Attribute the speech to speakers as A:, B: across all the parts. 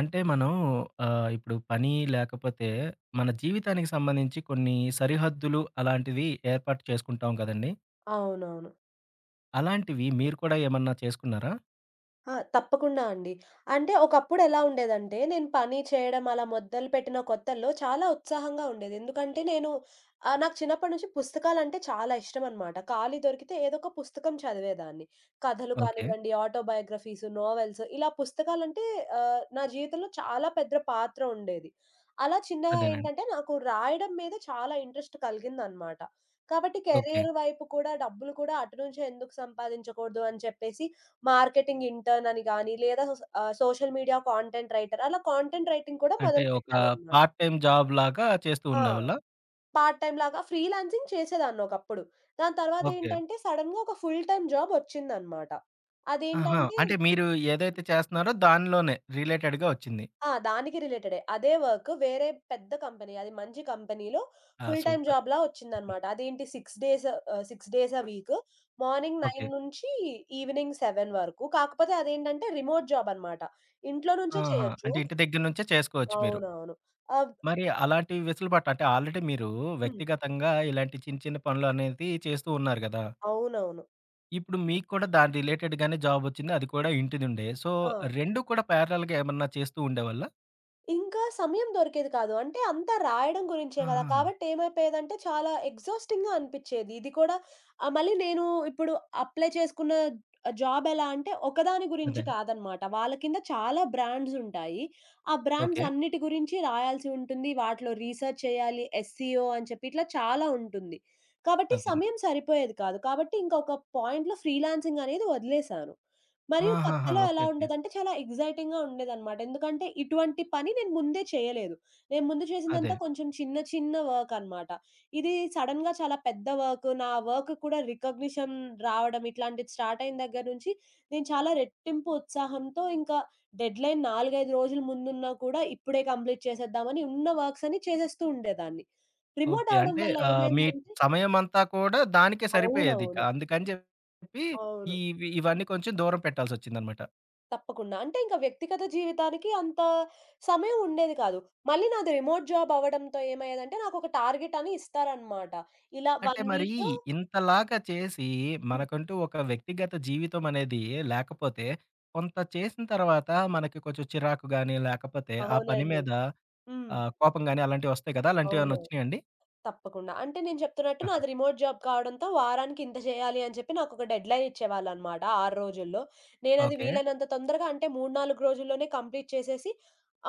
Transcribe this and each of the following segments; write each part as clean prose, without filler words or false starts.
A: అంటే మనం ఇప్పుడు పని లేకపోతే మన జీవితానికి సంబంధించి కొన్ని సరిహద్దులు అలాంటివి ఏర్పాటు చేసుకుంటాం కదండీ!
B: అవునవును.
A: అలాంటివి మీరు కూడా ఏమన్నా చేసుకున్నారా?
B: ఆ! తప్పకుండా అండి. అంటే ఒకప్పుడు ఎలా ఉండేదంటే, నేను పని చేయడం అలా మొదలుపెట్టిన కొత్తల్లో చాలా ఉత్సాహంగా ఉండేది. ఎందుకంటే నాకు చిన్నప్పటి నుంచి పుస్తకాలంటే చాలా ఇష్టమనమాట. ఖాళీ దొరికితే ఏదో ఒక పుస్తకం చదివేదాన్ని. కథలు
A: ఓకే.
B: కానివ్వండి, ఆటోబయోగ్రఫీస్, నోవెల్స్ ఇలా నా జీవితంలో చాలా పెద్ద పాత్ర ఉండేది. అలా చిన్నగా
A: అదేనండి.
B: ఏంటంటే నాకు రాయడం మీద చాలా ఇంట్రెస్ట్ కలిగిందనమాట. కాబట్టి
A: ఓకే.
B: కెరియర్ వైపు కూడా డబ్బులు కూడా అటు నుంచే ఎందుకు సంపాదించకూడదు అని చెప్పేసి మార్కెటింగ్ ఇంటర్న్ అని గాని, లేదా సోషల్ మీడియా కాంటెంట్ రైటర్ అలా కాంటెంట్ రైటింగ్ కూడా
A: అంటే ఒక
B: మొదలుపెట్టానన్నమాట.
A: పార్ట్ టైమ్ జాబ్ లాగా చేస్తూ
B: ఆ!
A: ఉండేవాళ్ళా?
B: పార్ట్ టైమ్ లాగా ఫ్రీలాన్సింగ్ చేసేదాన్ని ఒకప్పుడు. దాని
A: ఓకే.
B: తర్వాతేంటంటే సడెన్‌గా ఒక ఫుల్ టైమ్ జాబ్ వచ్చిందన్నమాట.
A: ఆహా!
B: అదేంటంటే
A: అంటే మీరు ఏదైతే చేస్తున్నారో దానిలోనే రిలేటెడ్‌గా వచ్చింది.
B: ఆ! దానికి రిలేటెడే. అదే వర్క్ వేరే పెద్ద కంపెనీ అది మంచి కంపెనీలో
A: ఆ!
B: Full time
A: super.
B: జాబ్‌లా వచ్చిందన్నమాట. అదేంటి 6 days a week. Morning
A: okay.
B: 9 నుంచి ఈవినింగ్ 7 వరకు. కాకపోతే అదేంటంటే రిమోట్ జాబ్ అన్నమాట. ఇంట్లో నుంచే
A: ఆహా!
B: చేయొచ్చు.
A: అంటే ఇంటి దగ్గర నుంచే చేసుకోవచ్చు మీరు.
B: అవునవును. ఆబ్
A: మరి అలాంటి వెసులుబాటు అంటే ఆల్రెడీ మీరు
B: హ్మ్.
A: వ్యక్తిగతంగా ఇలాంటి చిన్న చిన్న పనులు అనేది చేస్తూ ఉన్నారు గదా!
B: అవునవును.
A: ఇప్పుడు మీకు కూడా దాని రిలేటెడ్ గానే జాబొచ్చింది. అది కూడా ఇంటి నుండే. సో,
B: ఆ!
A: 2 కూడా పారలెల్‌గా ఏమన్నా చేస్తూ ఉండేవాళ్ళా?
B: ఇంకా సమయం దొరికేది కాదు. అంటే అంతా రాయడం గురించే గదా!
A: ఆహా!
B: కాబట్టి ఏమైపోయేదంటే చాలా ఎగ్జాస్టింగ్‌గా అనిపిచ్చేది. మళ్ళీ నేను ఇప్పుడు అప్లై చేసుకున్న జాబ్ ఎలా అంటే ఒకదాని గురించి
A: అదే.
B: కాదనమాట. వాళ్ళ కింద చాలా బ్రాండ్స్ ఉంటాయి. ఆ బ్రాండ్స్
A: ఓకే.
B: అన్నిటి గురించి రాయాల్సి ఉంటుంది. వాటిలో రీసెర్చ్ చేయాలి. ఎస్‌సిఓ అని చెప్పి ఇట్లా చాలా ఉంటుంది. కాబట్టి
A: అదండి.
B: సమయం సరిపోయేది కాదు. కాబట్టి ఇంకొక పాయింట్‌లో ఫ్రీలాన్సింగ్ అనేది వదిలేశాను. మరియు
A: ఆహాహా!
B: కొత్తలో
A: ఓకే.
B: ఎలా
A: ఓకే.
B: ఉండేదంటే చాలా ఎక్సైటింగ్‌గా ఉండేదనమాట. ఎందుకంటే ఇటువంటి పని నేను ముందే చేయలేదు. నేను ముందు
A: అదే.
B: చేసిందంతా కొంచెం చిన్న చిన్న వర్క్ అనమాట. ఇది సడెన్‌గా చాలా పెద్ద వర్క్. నా వర్క్ కూడా రికగ్నిషన్ రావడం ఇట్లాంటిది స్టార్ట్ అయిన దగ్గర నుంచి నేను చాలా రెట్టింపు ఉత్సాహంతో ఇంకా డెడ్‌లైన్ 4, 5 రోజుల ముందున్నా కూడా ఇప్పుడే కంప్లీట్ చేసేద్దామని ఉన్న వర్క్స్ అన్ని చేసేస్తూ ఉండేదాన్ని. Remote
A: okay.
B: అవ్వడం
A: అంటే
B: వల్ల
A: మీ
B: ఏమైందంటే
A: సమయమంతా కూడా దానికే సరిపోయేదిక.
B: అవునవును.
A: అందుకని చెప్పి
B: అవును.
A: ఇవి ఇవన్నీ కొంచెం దూరం పెట్టాల్సొచ్చిందనమాట.
B: తప్పకుండా. అంటే ఇంక వ్యక్తిగత జీవితానికి అంత సమయం ఉండేది కాదు. మళ్ళీ నాది రిమోట్ జాబ్ అవ్వడంతో ఏమయ్యేదంటే నాకొక టార్గెట్ అని ఇస్తారనమాట. ఇలా 1
A: అంటే మరి
B: వీక్‌లో
A: ఇంతలాగా చేసి
B: హ్మ్.
A: మనకంటూ ఒక వ్యక్తిగత జీవితం అనేది లేకపోతే కొంత చేసిన తర్వాత మనకి కొంచెం చిరాకు గాని, లేకపోతే ఆ పని
B: అవునండి.
A: మీద
B: హ్మ్.
A: ఆ! కోపం గాని అలాంటివొస్తాయి కదా! అలాంటివేమన్నా
B: అవును.
A: ఒచ్చినాయండి?
B: తప్పకుండా. అంటే నేను చెప్తున్నట్టు నాది రిమోట్ జాబ్ కావడంతో వారానికి ఇంత చేయాలి అని చెప్పి నాకొక డెడ్‌లైన్ ఇచ్చేవాళ్ళనమాట 6 రోజుల్లో. నేనది
A: ఓకే.
B: వీలైనంత తొందరగా అంటే 3, 4 రోజుల్లోనే కంప్లీట్ చేసేసి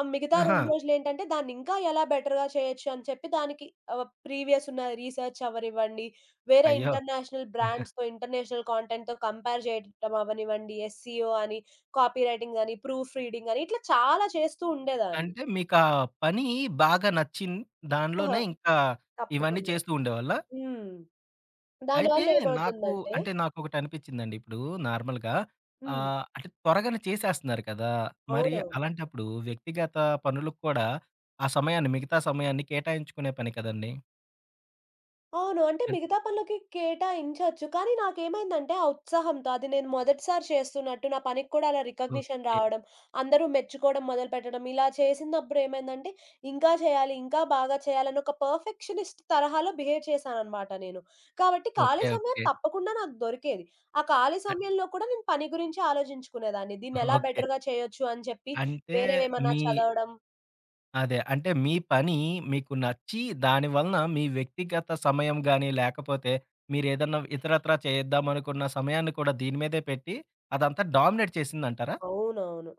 B: ఆహ్, మిగతా
A: ఆహా!
B: 2 రోజులేంటంటే దాన్ని ఇంకా ఎలా బెటర్‌గా చేయొచ్చు అని చెప్పి దానికి ప్రీవియస్ ఉన్న రీసెర్చ్ అవ్వనివ్వండి, వేరే
A: అయ్యో!
B: ఇంటర్నేషనల్ బ్రాండ్స్‌తో, ఇంటర్నేషనల్ కాంటెంట్‌తో కంపేర్ చేయడం అవ్వనివ్వండి, ఎస్‌సిఓ అని, కాపీ రైటింగ్ అని, ప్రూఫ్ రీడింగ్ అని ఇట్లా చాలా చేస్తూ ఉండేదాన్ని.
A: అంటే మీకా పని బాగా నచ్చింది.
B: ఆహా!
A: దానిలోనే ఇంకా ఇవన్నీ
B: తప్పకుండా.
A: చేస్తూ ఉండేవాళ్ళా?
B: హ్మ్.
A: అయితే
B: దానివల్ల
A: నాకు
B: ఏమవుతుందంటే
A: అంటే నాకొకటనిపిచ్చిందండి. ఇప్పుడు నార్మల్‌గా
B: హ్మ్.
A: అంటే త్వరగానే చేసేస్తున్నారు కదా! మరి
B: అవునవును.
A: అలాంటప్పుడు వ్యక్తిగత పనులకు కూడా ఆ సమయాన్ని మిగతా సమయాన్ని కేటాయించుకునే పని కదండీ.
B: అవును. అంటే
A: అంటే
B: మిగతా పనులకి కేటాయించొచ్చు. కానీ నాకేమైందంటే ఆ ఉత్సాహంతో అది నేను మొదటిసారి చేస్తున్నట్టు నా పనికి కూడా అలా రికగ్నిషన్
A: ఓకే.
B: రావడం, అందరూ మెచ్చుకోవడం మొదలుపెట్టడం, ఇలా చేసినప్పుడు ఏమైందంటే ఇంకా చేయాలి, ఇంకా బాగా చేయాలని ఒక పర్ఫెక్షనిస్ట్ తరహాలో బిహేవ్ చేశాననమాట నేను. కాబట్టి ఖాళీ
A: ఓకే.
B: సమయం
A: ఓకే.
B: తప్పకుండా నాకు దొరికేది. ఆ ఖాళీ
A: అ
B: సమయంలో కూడా నేను పని గురించి ఆలోచించుకునేదాన్ని. దీన్ని ఎలా
A: ఓకే.
B: బెటర్‌గా చేయొచ్చు అని చెప్పి
A: అంటే
B: వేరేవేమన్నా
A: మీ
B: చదవడం
A: అదే. అంటే మీ పని మీకు నచ్చి దాని వలన మీ వ్యక్తిగత సమయం గాని, లేకపోతే మీరేదన్నా ఇతరత్రా చేద్దామనుకున్న సమయాన్ని కూడా దీని మీదే పెట్టి అదంతా డామినేట్ చేసిందంటారా?
B: అవునవును.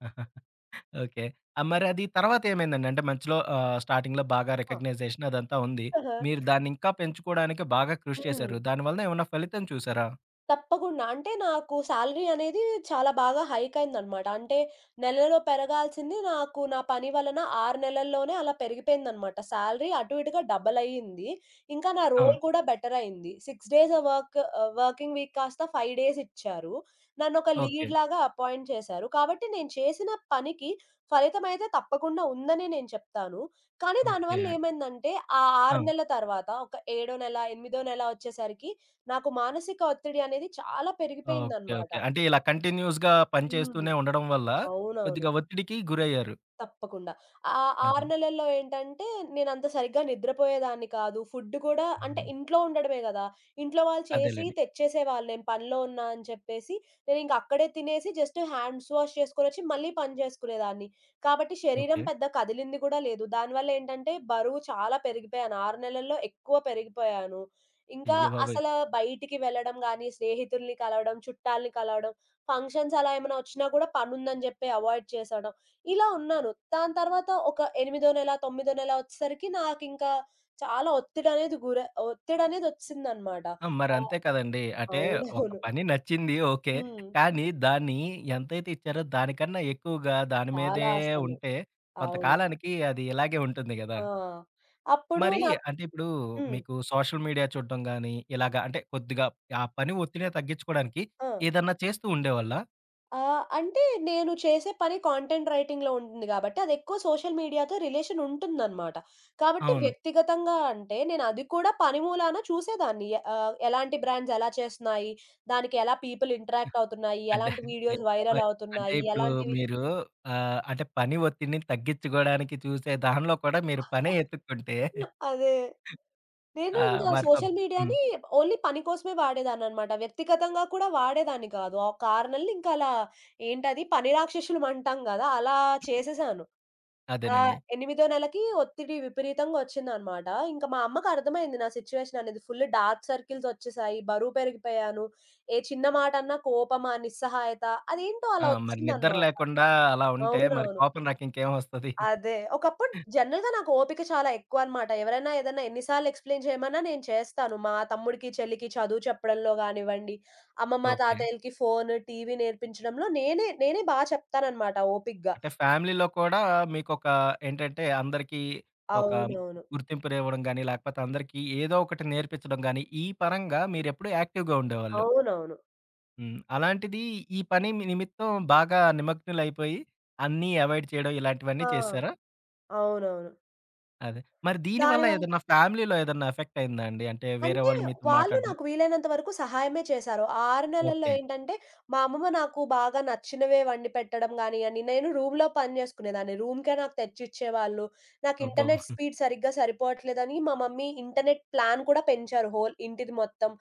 A: ఓకే. మరది తర్వాత ఏమైందండి? అంటే మంచిలో స్టార్టింగ్‌లో బాగా
B: ఆ!
A: రికగ్నైజేషన్ అదంతా ఉంది. మీరు దాన్నింకా పెంచుకోవడానికి బాగా కృషి
B: హ్మ్.
A: చేశారు. దాని వలన ఏమన్నా ఫలితం చూసారా?
B: తప్పకుండా. అంటే నాకు సాలరీ అనేది చాలా బాగా హైక్ అయిందనమాట. అంటే నెలలో పెరగాల్సింది నాకు నా పని వలన 6 నెలల్లోనే అలా పెరిగిపోయిందనమాట. సాలరీ అటు ఇటుగా డబుల్ అయ్యింది. ఇంకా నా
A: ఆ!
B: రోల్ కూడా బెటర్ అయింది. 6 days work ah, working week కాస్త 5 డేస్ ఇచ్చారు. నన్నొక
A: ఓకే.
B: లీడ్ లాగా అపాయింట్ చేశారు. కాబట్టి నేను చేసిన పనికి ఫలితమైతే తప్పకుండా ఉందనే నేను చెప్తాను. కానీ
A: ఓకే.
B: దానివల్ల ఏమైందంటే ఆ
A: ఆ!
B: 6 నెలల తర్వాత ఒక ఏడో నెల, ఎనిమిదో నెల వచ్చేసరికి నాకు మానసిక ఒత్తిడి అనేది చాలా
A: ఓకే.
B: పెరిగిపోయిందనమాట.
A: ఓకే. అంటే ఇలా కంటిన్యూయస్‌గా పని
B: హ్మ్.
A: చేస్తూనే ఉండడం వల్ల
B: అవునవును.
A: కొద్దిగా ఒత్తిడికి గురయ్యారు.
B: తప్పకుండా. ఆ 6
A: అదే.
B: నెలల్లో ఏంటంటే, నేనంత సరిగ్గా నిద్రపోయేదాన్ని కాదు. ఫుడ్ కూడా అంటే ఇంట్లో ఉండడమే గదా! ఇంట్లో వాళ్ళు చేసి
A: అదేలెండి.
B: తెచ్చేసేవాళ్ళు. నేను పనిలో ఉన్నా అని చెప్పేసి, నేనింక అక్కడే తినేసి జస్ట్ హ్యాండ్స్ వాష్ చేసుకొనొచ్చి మళ్ళీ పని చేసుకునేదాన్ని. కాబట్టి శరీరం
A: ఓకే.
B: పెద్ద కదిలింది గూడా లేదు. దానివల్ల ఏంటంటే, బరువు చాలా పెరిగిపోయాను. 6 నెలల్లో ఎక్కువ పెరిగిపోయాను. ఇంకా
A: అయ్య బాబోయ్!
B: అసలు బయటికి వెళ్ళడం గానీ, స్నేహితుల్ని కలవడం, చుట్టాల్ని కలవడం, ఫంక్షన్స్ అలా ఏమైనా వచ్చినా గూడా పనుందని జెప్పి అవాయిడ్ చేసేయడం. ఇలా ఉన్నాను. దాని తర్వాత ఒక ఎనిమిదో నెల, తొమ్మిదో నెల వచ్చేసరికి నాకింకా చాలా ఒత్తిడనేది ఒచ్చేసిందనమాట.
A: ఆ!
B: ఆహ్,
A: మరంతే కదండీ. అంటే ఒక
B: అవునవును.
A: పని నచ్చింది ఓకే.
B: హ్మ్.
A: కానీ దాన్ని ఎంతైతే ఇచ్చారో దానికన్నా ఎక్కువగా దాని
B: చాలా
A: మీదే
B: అసలు.
A: ఉంటే
B: అవును.
A: కొంతకాలానికి అది ఇలాగే ఉంటుంది గదా!
B: ఆ! అప్పుడు
A: మరి
B: నాకు
A: అంటే ఇప్పుడు
B: హ్మ్.
A: మీకు సోషల్ మీడియా చూడడం గాని, ఇలాగ అంటే కొద్దిగా ఆ పని ఒత్తిడిని తగ్గించుకోవడానికి
B: ఆ!
A: ఏదన్నా చేస్తూ ఉండేవాళ్ళా?
B: ఆ! అంటే నేను చేసే పని కాంటెంట్ రైటింగ్‌లో ఉంటుంది గాబట్టి, అదెక్కువ సోషల్ మీడియాతో రిలేషన్ ఉంటుందనమాట. కాబట్టి
A: అవును.
B: వ్యక్తిగతంగా అంటే, నేనది కూడా పని మూలాన చూసేదాన్ని. ఎలాంటి బ్రాండ్స్ ఎలా చేస్తున్నాయి? దానికి ఎలా పీపుల్ ఇంటరాక్ట్ అవుతున్నాయి?
A: అంటే
B: ఎలాంటి
A: అయ్య
B: వీడియోస్ వైరల్
A: బాబోయ్! అంటే
B: అవుతున్నాయి?
A: ఇప్పుడు
B: ఎలాంటివి
A: మీరు అంటే పని ఒత్తిడిని తగ్గించుకోవడానికి చూసే దానిలో కూడా మీరు పనే ఎతుక్కుంటే
B: అదే. నేను
A: ఆ!
B: ఇంకా
A: మరి పం
B: సోషల్
A: హ్మ్.
B: మీడియాని ఓన్లీ పని కోసమే వాడేదాన్ననమాట. వ్యక్తిగతంగా కూడా వాడేదాన్ని కాదు. ఆ కారణాలు ఇంకా అలా ఏంటది పని రాక్షసులం అంటాం గదా! అలా చేసేసాను. ఆ!
A: అదేనండి.
B: ఎనిమిదో నెలకి ఒత్తిడి విపరీతంగా ఒచ్చిందనమాట. ఇంక మా అమ్మకి అర్థమైంది నా సిట్యుయేషన్ అనేది. ఫుల్ డార్క్ సర్కిల్స్ ఒచ్చేసాయి. బరువు పెరిగిపోయాను. ఏ చిన్న మాటన్నా కోపమా, నిస్సహాయత అదేంటో
A: ఆ!
B: అలా
A: మరి నిద్ర
B: ఒచ్చిందనమాట.
A: లేకుండా అలా ఉంటే మరి
B: అవునవును.
A: కోపం నాకింకేం వస్తది?
B: అదే. ఒకప్పుడు జనరల్‌గా నాకు ఓపిక చాలా ఎక్కువనమాట. ఎవరైనా ఏదైనా ఎన్ని సార్లు ఎక్స్‌ప్లెయిన్ చేయమన్నా నేను చేస్తాను. మా తమ్ముడికి, చెల్లికి చదువు చెప్పడంలో గానివ్వండి, అమ్మమ్మ,
A: ఓకే.
B: తాతయ్యలకి ఫోను, టీవీ నేర్పించడంలో నేనే నేనే చెప్తాననమాట ఓపికగా.
A: అంటే ఫ్యామిలీలో కూడా మీకొక ఏంటంటే అందరికీ ఒక
B: అవునవును.
A: గుర్తింపునివ్వడం గాని, లేకపోతే అందరికీ ఏదో ఒకటి నేర్పించడం గాని, ఈ పరంగా మీరెప్పుడూ యాక్టివ్‌గా ఉండేవాళ్ళు.
B: అవునవును.
A: హ్మ్. అలాంటిది ఈ పని మీ నిమిత్తం బాగా నిమగ్నులైపోయి అన్నీ అవాయిడ్ చేయడం
B: ఆ!
A: ఇలాంటివన్నీ చేశారా?
B: అవునవును.
A: అదే. మరి దీని వల్ల
B: దానివల్ల
A: ఏదన్నా ఫ్యామిలీలో ఏదన్నా ఎఫెక్ట్ అయిందా అండి? అంటే వేరే
B: అంటే
A: వాళ్ళు మీతో
B: వాళ్ళు
A: మాట్లాడడం
B: నాకు వీలైనంత వరకు సహాయమే చేశారు. ఆ 6 నెలల్లో
A: ఓకే.
B: ఏంటంటే, మా అమ్మమ్మ నాకు బాగా నచ్చినవే వండి పెట్టడం గానియ్యండి, నేను రూమ్‌లో పని జేసుకునేదాన్ని. రూమ్‌కే నాకు తెచ్చిచ్చేవాళ్ళు. నాకు
A: అబ్బో!
B: ఇంటర్నెట్ స్పీడ్ సరిగ్గా సరిపోవట్లేదని మా మమ్మీ ఇంటర్నెట్ ప్లాన్ కూడా పెంచారు హోల్ ఇంటిది మొత్తం.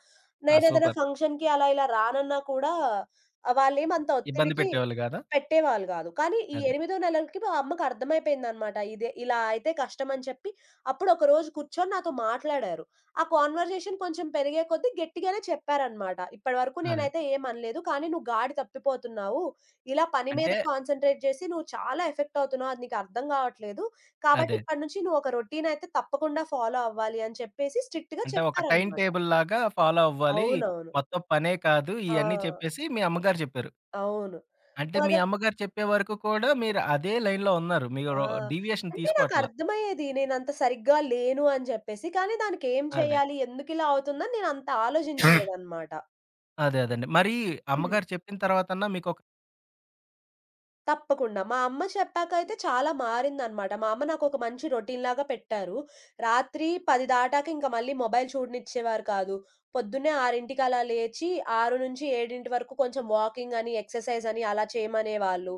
A: ఆ!
B: నేనేదైనా
A: సూపర్.
B: ఫంక్షన్‌కి అలా ఇలా రానన్నా కూడా వాళ్ళేం అంత
A: ఇబ్బంది
B: ఒత్తిడికి
A: పెట్టేవాళ్ళు కాదా?
B: పెట్టేవాళ్ళు గాదు. కానీ ఈ
A: అదే.
B: ఎనిమిదో నెలలకి మా అమ్మకి అర్థమైపోయిందనమాట. ఇదే ఇలా అయితే కష్టమని చెప్పి అప్పుడు ఒకరోజు కూర్చొని నాతో మాట్లాడారు. ఆ కాన్వర్జేషన్ కొంచెం పెరిగే కొద్దీ గట్టిగానే చెప్పారనమాట. "ఇప్పటివరకు
A: అదే.
B: నేనైతే ఏమనలేదు. కానీ నువ్వు గాడి తప్పిపోతున్నావు. ఇలా పని
A: అంటే
B: మీదే కాన్సంట్రేట్ చేసి నువ్వు చాలా ఎఫెక్ట్ అవుతున్నావు. అది నీకు అర్థం కావట్లేదు. కాబట్టి
A: అదే.
B: ఇప్పటినుంచి నువ్వు ఒక రొటీన్ అయితే తప్పకుండా ఫాలో అవ్వాలి" అని చెప్పేసి స్ట్రిక్ట్‌గా
A: అంటే ఒక టైమ్
B: చెప్పారనమాట.
A: టేబుల్ లాగా ఫాలో అవ్వాలి.
B: అవునవును.
A: మొత్తం పనే కాదు
B: ఆ!
A: ఇయన్నీ చెప్పేసి మీ అమ్మగారు చెప్పారు.
B: అవును.
A: అంటే మీ
B: మొదట్
A: అమ్మగారు చెప్పే వరకు కూడా మీరు అదే లైన్‌లో ఉన్నారు. మీరు
B: ఆ!
A: డీవియేషన్
B: అంటే
A: తీసుకోవట్లా.
B: నాకర్థమయ్యేది. నేనంత సరిగ్గా లేను అని చెప్పేసి. కానీ దానికేం
A: అదే.
B: చేయాలి? ఎందుకిలా అవుతుందని నేనంత ఆలోచించలేదనమాట.
A: అదే. అదండి. మరి
B: హ్మ్.
A: అమ్మగారు చెప్పిన తర్వాతన్నా మీకొక
B: తప్పకుండా. మా అమ్మ చెప్పాకైతే చాలా మారిందనమాట. మా అమ్మ నాకొక మంచి రొటీన్‌లాగా పెట్టారు. రాత్రి 10 దాటాక ఇంక మళ్ళీ మొబైల్ చూడనిచ్చేవారు కాదు. పొద్దున్నే 6కి అలా లేచి 6-7 వరకు కొంచెం వాకింగ్ అని, ఎక్సర్‌సైజ్ అని అలా చేయమనేవాళ్ళు.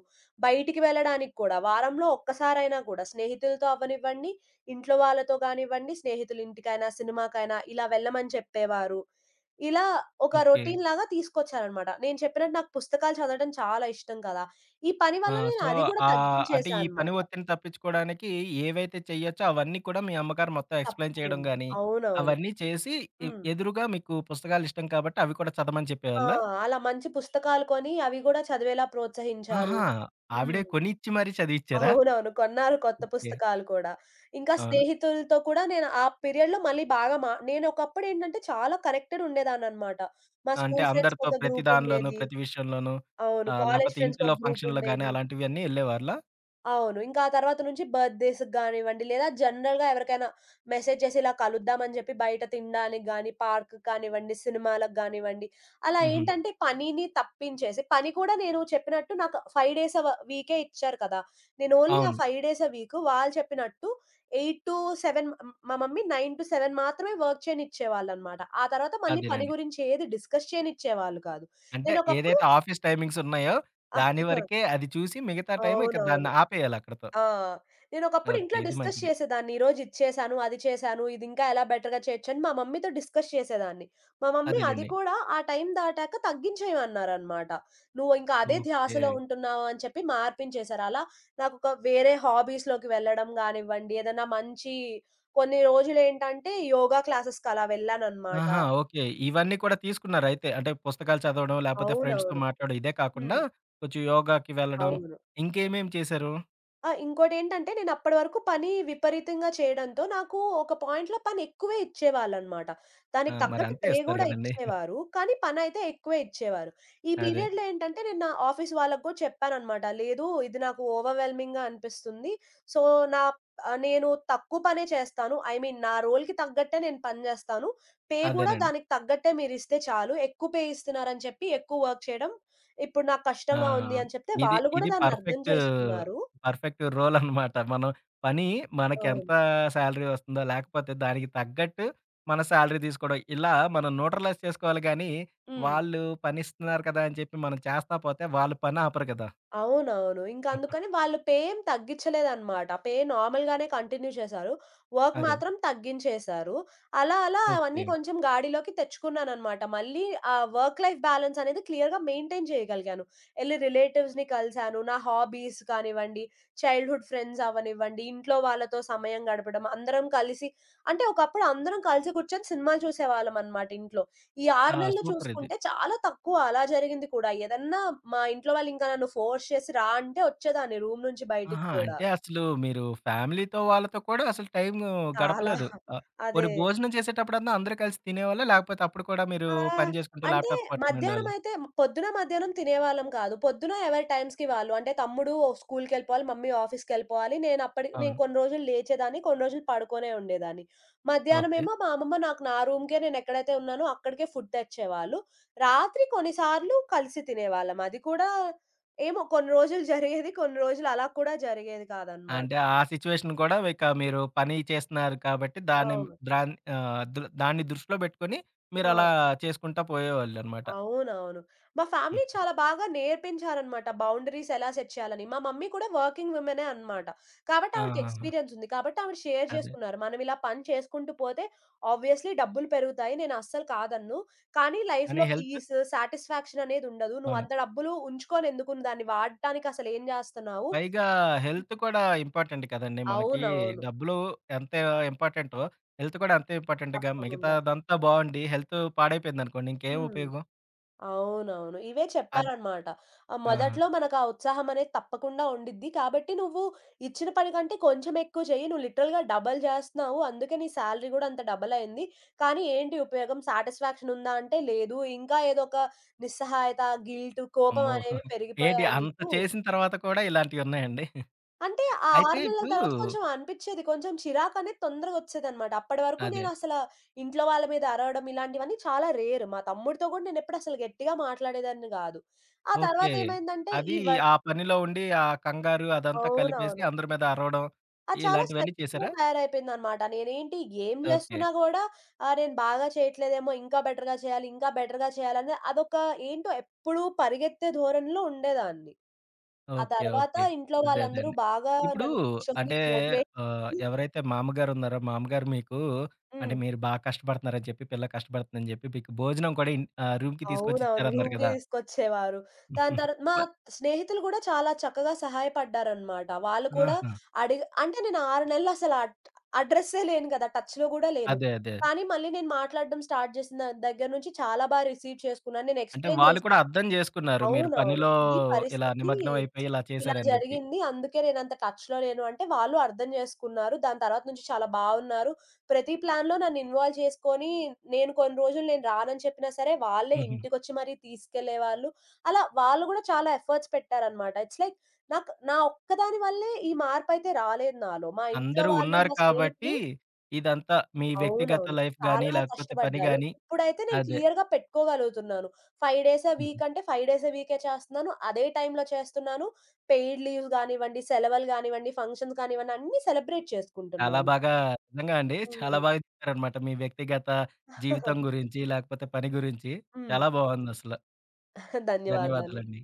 B: బయటికి వెళ్ళడానికి కూడా వారంలో ఒక్కసారైనా కూడా స్నేహితులతో అవ్వనివ్వండి, ఇంట్లో వాళ్ళతో కానివ్వండి, స్నేహితులింటికైనా, సినిమాకైనా ఇలా వెళ్ళమని చెప్పేవారు. ఇలా ఒక
A: ఓకే.
B: రొటీన్ లాగా తీసుకొచ్చారనమాట. నేను చెప్పినట్టు నాకు పుస్తకాలు చదవడం చాలా ఇష్టం కదా! ఈ పని
A: ఆ!
B: వల్ల నేను
A: సో,
B: అది కూడా
A: అంటే
B: తగ్గించేశా
A: ఈ పని
B: అనమాట.
A: ఒత్తిడిని తప్పించుకోవడానికి ఏవైతే చేయొచ్చో అవన్నీ కూడా మీ అమ్మగారు మొత్తం ఎక్స్‌ప్లెయిన్ చేయడం
B: తప్పకుండా.
A: గాని,
B: అవునవును.
A: అవన్నీ చేసి ఎ
B: హ్మ్.
A: ఎదురుగా మీకు పుస్తకాలు ఇష్టం కాబట్టి అవి కూడా చదవమని
B: ఆ!
A: చెప్పేవాళ్ళా?
B: అలా మంచి పుస్తకాలు కొని అవి కూడా చదివేలా ప్రోత్సహించారు.
A: ఆహా! ఆవిడే
B: హ్మ్.
A: కొనిచ్చి మరీ చదివిచ్చారా?
B: అవునవును. కొన్నారు కొత్త
A: ఓకే.
B: పుస్తకాలు కూడా. ఇంకా
A: అవును.
B: స్నేహితులతో కూడా నేను ఆ పీరియడ్‌లో మళ్ళీ బాగా నేను ఒకప్పుడేంటంటే చాలా కనెక్టెడ్ ఉండేదాన్ననమాట. మా
A: అంటే
B: స్కూల్ ఫ్రెండ్స్‌కి
A: అందరితో
B: ఒక
A: ప్రతి
B: గ్రూప్
A: దానిలోనూ,
B: ఉండేది.
A: ప్రతి విషయంలోనూ
B: అవును. కాలేజ్
A: లేపోతే
B: ఫ్రెండ్స్‌కి
A: ఇంటిలో
B: ఒక గ్రూప్
A: ఫంక్షన్‌లో గాని
B: ఉండేది.
A: అలాంటివన్నీ ఎళ్ళేవాళ్ళా?
B: అవును. ఇంకా ఆ తర్వాత నుంచి బర్త్‌డేస్‌కి గానివ్వండి, లేదా జనరల్‌గా ఎవరికైనా మెసేజ్ చేసి ఇలా కలుద్దామని జెప్పి బయట తినడానికి గానీ, పార్క్‌కి కానివ్వండి, సినిమాలకు గానివ్వండి, అలా
A: హుహు.
B: ఏంటంటే పనిని తప్పించేసి పని కూడా నేను చెప్పినట్టు నాకు 5 డేస్ వీకే ఇచ్చారు కదా! నేను ఓన్లీ ఆ
A: అవును.
B: 5 డేస్ వీకు వాళ్ళు చెప్పినట్టు 8-7 మా మమ్మీ 9-7 మాత్రమే వర్క్ చేయనిచ్చేవాళ్ళనమాట. ఆ తర్వాత మళ్ళీ పని
A: అదేనండి.
B: గురించి ఏది డిస్కస్ చేయనిచ్చేవాళ్ళు కాదు.
A: అంటే
B: నేనొకప్పుడు
A: ఏదైతే ఆఫీస్ టైమింగ్స్ ఉన్నాయో దాని వరకే అది చూసి మిగతా టైం ఇక
B: అవునవును.
A: దాన్ని ఆపేయాలి అక్కడితో.
B: ఆ! నేనొకప్పుడు
A: ఓకే.
B: ఇంట్లో
A: ఇది
B: డిస్కస్
A: మంచిది.
B: చేసేదాన్ని. ఈరోజు ఇది చేశాను, అది చేశాను, ఇది ఇంకా ఎలా బెటర్‌గా చేయొచ్చని మా మమ్మీతో డిస్కస్ చేసేదాన్ని. మా మమ్మీ అది
A: అదేలెండి.
B: కూడా ఆ టైం దాటాక తగ్గించేయమన్నారనమాట. "నువ్వు ఇంకా అదే
A: ఓకే.
B: ధ్యాసలో ఉంటున్నావు" అని చెప్పి మార్పించేశారు. అలా నాకొక వేరే హాబీస్‌లోకి వెళ్ళడం గానివ్వండి, ఏదన్నా మంచి కొన్ని రోజులేంటంటే యోగా క్లాసెస్‌కి అలా వెళ్ళాననమాట.
A: ఆహా! ఓకే. ఇవన్నీ కూడా తీసుకున్నారయితే. అంటే పుస్తకాలు చదవడం, లేపోతే ఫ్రెండ్స్‌తో
B: అవునవును.
A: మాట్లాడడం ఇదే కాకుండా
B: హ్మ్.
A: కొంచెం యోగాకి వెళ్ళడం
B: అవును.
A: ఇంకేమేమి చేశారు?
B: ఆ! ఇంకోటేంటంటే నేనప్పటి వరకు పని విపరీతంగా చేయడంతో నాకు ఒక పాయింట్‌లో పని ఎక్కువే ఇచ్చేవాళ్ళనమాట.
A: ఆ!
B: దానికి తగ్గట్టు
A: మరంతే
B: పే
A: ఇస్తారు
B: గూడా
A: గదండీ.
B: ఇచ్చేవారు. కానీ పనైతే ఎక్కువే ఇచ్చేవారు. ఈ
A: అదే.
B: పీరియడ్‌లో ఏంటంటే నేను నా ఆఫీస్ వాళ్ళకి గూడా చెప్పాననమాట. లేదు ఇది నాకు ఓవర్‌వెల్మింగ్‌గా అనిపిస్తుంది. సో, నా నేను తక్కువ పనే చేస్తాను. ఐ మీన్ నా రోల్‌కి తగ్గట్టే నేను పని జేస్తాను. పే గూడా
A: అదేనండి.
B: దానికి తగ్గట్టే మీరిస్తే చాలు. ఎక్కువ పే ఇస్తున్నారని చెప్పి ఎక్కువ వర్క్ చేయడం ఇప్పుడు నాకు
A: ఆ!
B: కష్టంగా ఉంది అని చెప్తే
A: ఇది,
B: వాళ్ళు గూడా
A: ఇది
B: దాన్ని అర్థం
A: పర్ఫెక్ట్,
B: చేసుకున్నారు.
A: పర్ఫెక్ట్ రోలనమాట. మనం పని మనకెంత
B: అవును.
A: సాలరీ వస్తుందో, లేకపోతే దానికి తగ్గట్టు మన సాలరీ తీసుకోవడం. ఇలా మనం న్యూట్రలైజ్ చేసుకోవాలి గానీ,
B: హ్మ్.
A: వాళ్ళు పనిస్తున్నారు కదా అని చెప్పి మనం చేస్తా పోతే వాళ్ళు పని ఆపరు కదా!
B: అవునవును. ఇంక అందుకని వాళ్ళు పే ఏం తగ్గించలేదనమాట. పే నార్మల్‌గానే కంటిన్యూ చేశారు. వర్క్
A: అదే.
B: మాత్రం తగ్గించేశారు. అలా అలా అవన్నీ
A: ఓకే.
B: కొంచెం గాడిలోకి తెచ్చుకున్నాననమాట. మళ్ళీ ఆ వర్క్ లైఫ్ బ్యాలెన్స్ అనేది క్లియర్‌గా మెయింటైన్ చేయగలిగాను. ఎళ్లి రిలేటివ్స్‌ని కలిసాను. నా హాబీస్ కానివ్వండి, చైల్డ్‌హుడ్ ఫ్రెండ్స్ అవ్వనివ్వండి, ఇంట్లో వాళ్ళతో సమయం గడపడం, అందరం కలిసి అంటే ఒకప్పుడు అందరం కలిసి కూర్చొని సినిమాలు చూసేవాళ్ళమనమాట ఇంట్లో. ఈ 6
A: ఆ!
B: నెలలు
A: సూపర్ ఇది.
B: చూసుకుంటే చాలా తక్కువ అలా జరిగింది కూడా. ఏదన్నా మా ఇంట్లో వాళ్ళు ఇంకా నన్ను ఫోర్స్ చేసి రా అంటే వచ్చేదాన్ని రూమ్ నుంచి బయటికి
A: ఆహా!
B: కూడా.
A: అంటే అసలు మీరు ఫ్యామిలీతో వాళ్ళతో కూడా అసలు టైమ్
B: చాలా.
A: గడపలేదు. ఆహ్,
B: అదే.
A: పోనీ భోజనం చేసేటప్పుడన్నా అందరూ కలిసి తినేవాళ్ళా? లేకపోతే అప్పుడు కూడా మీరు
B: ఆ!
A: పని చేసుకుంటూ
B: అంటే
A: ల్యాప్‌టాప్ పట్టుకొని ఉండేవాళ్ళా?
B: మధ్యాహ్నమైతే పొద్దున, మధ్యాహ్నం తినేవాళ్ళం కాదు. పొద్దున ఎవరి టైమ్స్‌కి వాళ్ళు. అంటే తమ్ముడు స్కూల్‌కెళ్ళిపోవాలి, మమ్మీ ఆఫీస్‌కెళ్ళిపోవాలి. నేను అప్పటి నేను
A: అవును.
B: కొన్ని రోజులు లేచేదాన్ని, కొన్ని రోజులు పడుకొనే ఉండేదాన్ని.
A: ఓకే.
B: మధ్యాహ్నమేమో మా అమ్మమ్మ నాకు నా రూమ్‌కే నేనెక్కడైతే ఉన్నానో అక్కడికే ఫుడ్ తెచ్చేవాళ్ళు. రాత్రి కొన్నిసార్లు కలిసి తినేవాళ్ళం. అది కూడా ఏమో కొన్ని రోజులు జరిగేది, కొన్ని రోజులు అలా కూడా జరిగేది కాదనమాట.
A: అంటే ఆ సిట్యుయేషన్ కూడా ఇక మీరు పని చేస్తున్నారు కాబట్టి దాన్ని
B: అవును.
A: ద్రాన్ ఆహ్, దృ దాన్ని దృష్టిలో పెట్టుకొని
B: ఆ!
A: మీరలా చేసుకుంటా పోయేవాళ్ళనమాట.
B: అవునవును. మా ఫ్యామిలీ
A: హ్మ్.
B: చాలా బాగా నేర్పించారనమాట. బౌండరీస్ ఎలా సెట్ చేయాలని. మా మమ్మీ కూడా వర్కింగ్ వుమెనే అనమాట. కాబట్టి ఆవిడకి
A: ఆహాహా!
B: ఎక్స్‌పీరియన్స్ ఉంది. కాబట్టి ఆవిడ షేర్
A: అదే.
B: చేసుకున్నారు. మనం ఇలా పని చేసుకుంటూ పోతే ఆబ్వియస్‌లీ డబ్బులు పెరుగుతాయి. నేను అస్సలు కాదనను. కానీ
A: కానీ
B: లైఫ్‌లో
A: హెల్త్
B: పీస్, సాటిస్ఫాక్షన్ అనేది ఉండదు. నువ్వు
A: అవును.
B: అంత డబ్బులు ఉంచుకొని ఎందుకు? దాన్ని వాడటానికి అసలేం జేస్తున్నావు?
A: పైగా హెల్త్ కూడా ఇంపార్టెంట్ కదండీ మనకి.
B: అవునవును.
A: డబ్బులు ఎంత ఇంపార్టెంటో హెల్త్ కూడా అంతే ఇంపార్టెంట్‌గా
B: తప్పకుండా.
A: మిగతాదంతా బావుండి హెల్త్ పాడైపోయిందనుకోండి ఇంకేం
B: హ్మ్.
A: ఉపయోగం?
B: అవునవును. ఇవే
A: అది
B: చెప్పారనమాట. ఆహ్,
A: ఆహా!
B: మొదట్లో మనకు ఆ ఉత్సాహం అనేది తప్పకుండా ఉండిద్ది. కాబట్టి నువ్వు ఇచ్చిన పని కంటే కొంచెం ఎక్కువ చెయ్యి. నువ్వు లిటరల్‌గా డబల్ జేస్తన్నావు. అందుకే నీ సాలరీ గూడా అంత డబల్ అయింది. కానీ ఏంటి ఉపయోగం? సాటిస్ఫాక్షన్ ఉందా? అంటే లేదు. ఇంకా ఏదో ఒక నిస్సహాయత, గిల్ట్, కోపం
A: అమ్మో!
B: అనేవి
A: ఏంటి
B: పెరిగిపోయాయి
A: అంత
B: నీకు.
A: చేసిన తర్వాత కూడా ఇలాంటివున్నాయండి?
B: అంటే ఆ
A: అయితే
B: 6 నెలల
A: ఇప్పుడు
B: తర్వాత కొంచెం అనిపిచ్చేది. కొంచెం చిరాకనేది తొందరగొచ్చేదనమాట. అప్పటి వరకు
A: అదే.
B: ఇంట్లో వాళ్ళ మీద అరవడం ఇలాంటివన్నీ చాలా రేర్. మా తమ్ముడితో గూడా నేనెప్పుడు అసలు గట్టిగా మాట్లాడేదాన్ని గాదు. ఆ
A: ఓకే.
B: తర్వాతేమైందంటే
A: అది
B: ఈ వర్క్
A: ఆ పనిలో ఉండి, ఆ కంగారు అదంతా కలిపేసి
B: అవునవును.
A: అందరి మీద అరవడం,
B: అది చాలా
A: ఇలాంటివన్నీ
B: స్ట్రెస్‌గా
A: చేశారా?
B: తయారైపోయిందనమాట. నేనేంటి ఏం
A: ఓకే.
B: జేస్తున్నా గూడా ఆహ్, నేను బాగా చేయట్లేదేమో, ఇంకా బెటర్‌గా చేయాలి, ఇంకా బెటర్‌గా చేయాలని అదొక ఏంటో ఎప్పుడూ పరిగెత్తే ధోరణిలో ఉండేదాన్ని. ఆ
A: ఓకే.
B: తర్వాత
A: ఓకే.
B: ఇంట్లో
A: అదే. అదే
B: వాళ్ళందరూ
A: అండి.
B: బాగా
A: ఇప్పుడు
B: నన్ను కూర్చొని
A: అంటే
B: మోటివేట్ చేసి
A: ఎవరైతే మామగారున్నారో, మామగారు మీకు అంటే
B: హ్మ్.
A: మీరు బాగా కష్టపడుతున్నారని చెప్పి, పిల్ల కష్టపడుతుందని చెప్పి, మీకు భోజనం కూడా రూమ్‌కి తీసుకొచ్చి
B: అవునవును.
A: ఇచ్చారన్నారు
B: రూమ్‌కే
A: కదా!
B: తీసుకొచ్చేవారు. దాని తర్వాత మా
A: మరి
B: స్నేహితులు గూడా చాలా చక్కగా సహాయపడ్డారనమాట. వాళ్ళు కూడా
A: ఆహా!
B: అడిగి అంటే నేను 6 నెలలు అసలు ఆ ఆ డ్రెస్సే లేను గదా! టచ్‌లో గూడా లేను.
A: అదే. అదే.
B: కానీ మళ్ళీ నేను మాట్లాడడం స్టార్ట్ చేసిన దగ్గర నుంచి చాలా రిసీవ్ చేసుకున్నాను. నేను
A: అంటే
B: ఎక్స్‌ప్లెయిన్
A: వాళ్ళు
B: చేశా.
A: కూడా అర్థం జేసుకున్నారు. మీరు
B: అవునవును.
A: పనిలో
B: ఇది
A: ఇలా
B: పరిస్థితి.
A: నిమగ్నం అయిపోయి ఇలా
B: ఇలా
A: చేశారని జెప్పి.
B: జరిగింది. అందుకే నేనంత టచ్‌లో లేను అంటే వాళ్ళు అర్థం చేసుకున్నారు. దాని తర్వాత నుంచి చాలా బావున్నారు. ప్రతి ప్లాన్‌లో నన్ను ఇన్వాల్వ్ చేసుకొని, నేను కొన్ని రోజులు నేను రానని చెప్పినా సరే, వాళ్ళే
A: హుహు.
B: ఇంటికొచ్చి మరీ తీసుకెళ్ళేవాళ్ళు. అలా వాళ్ళు గూడా చాలా ఎఫర్ట్స్ పెట్టారనమాట. ఇట్స్ లైక్ నాకు నా ఒక్కదాని వల్లే ఈ మార్పయితే రాలేదు నాలో. మా ఇంట్లో
A: అందరూ
B: వాళ్ళు,
A: ఉన్నారు
B: మా
A: కాబట్టి,
B: స్నేహితులు
A: ఇదంతా మీ వ్యక్తిగత
B: అవునవును.
A: లైఫ్ గాని,
B: చాలా
A: లేకపోతే పని
B: కష్టపడ్డారు.
A: గాని
B: ఇప్పుడైతే నేను
A: అదే.
B: క్లియర్‌గా పెట్టుకోగలుగుతున్నాను. 5 డేస్ ఎ
A: హుహు.
B: వీక్ అంటే 5 డేస్ ఎ వీకే చేస్తున్నాను. అదే టైంలో చేస్తున్నాను. పెయిడ్ లీవ్స్ గానివ్వండి, సెలవులు గానివ్వండి, ఫంక్షన్స్ కానివ్వండి అన్నీ సెలబ్రేట్
A: చాలా
B: చేసుకుంటున్నాను.
A: బాగా నిజంగా అండి. చాలా
B: హ్మ్.
A: బాగా చెప్పారనమాట. మీ వ్యక్తిగత జీవితం
B: హ్మ్.
A: గురించి, లేకపోతే పని గురించి చాలా బావుందసల.
B: ధన్యవాదాలు.
A: ధన్యవాదాలండి.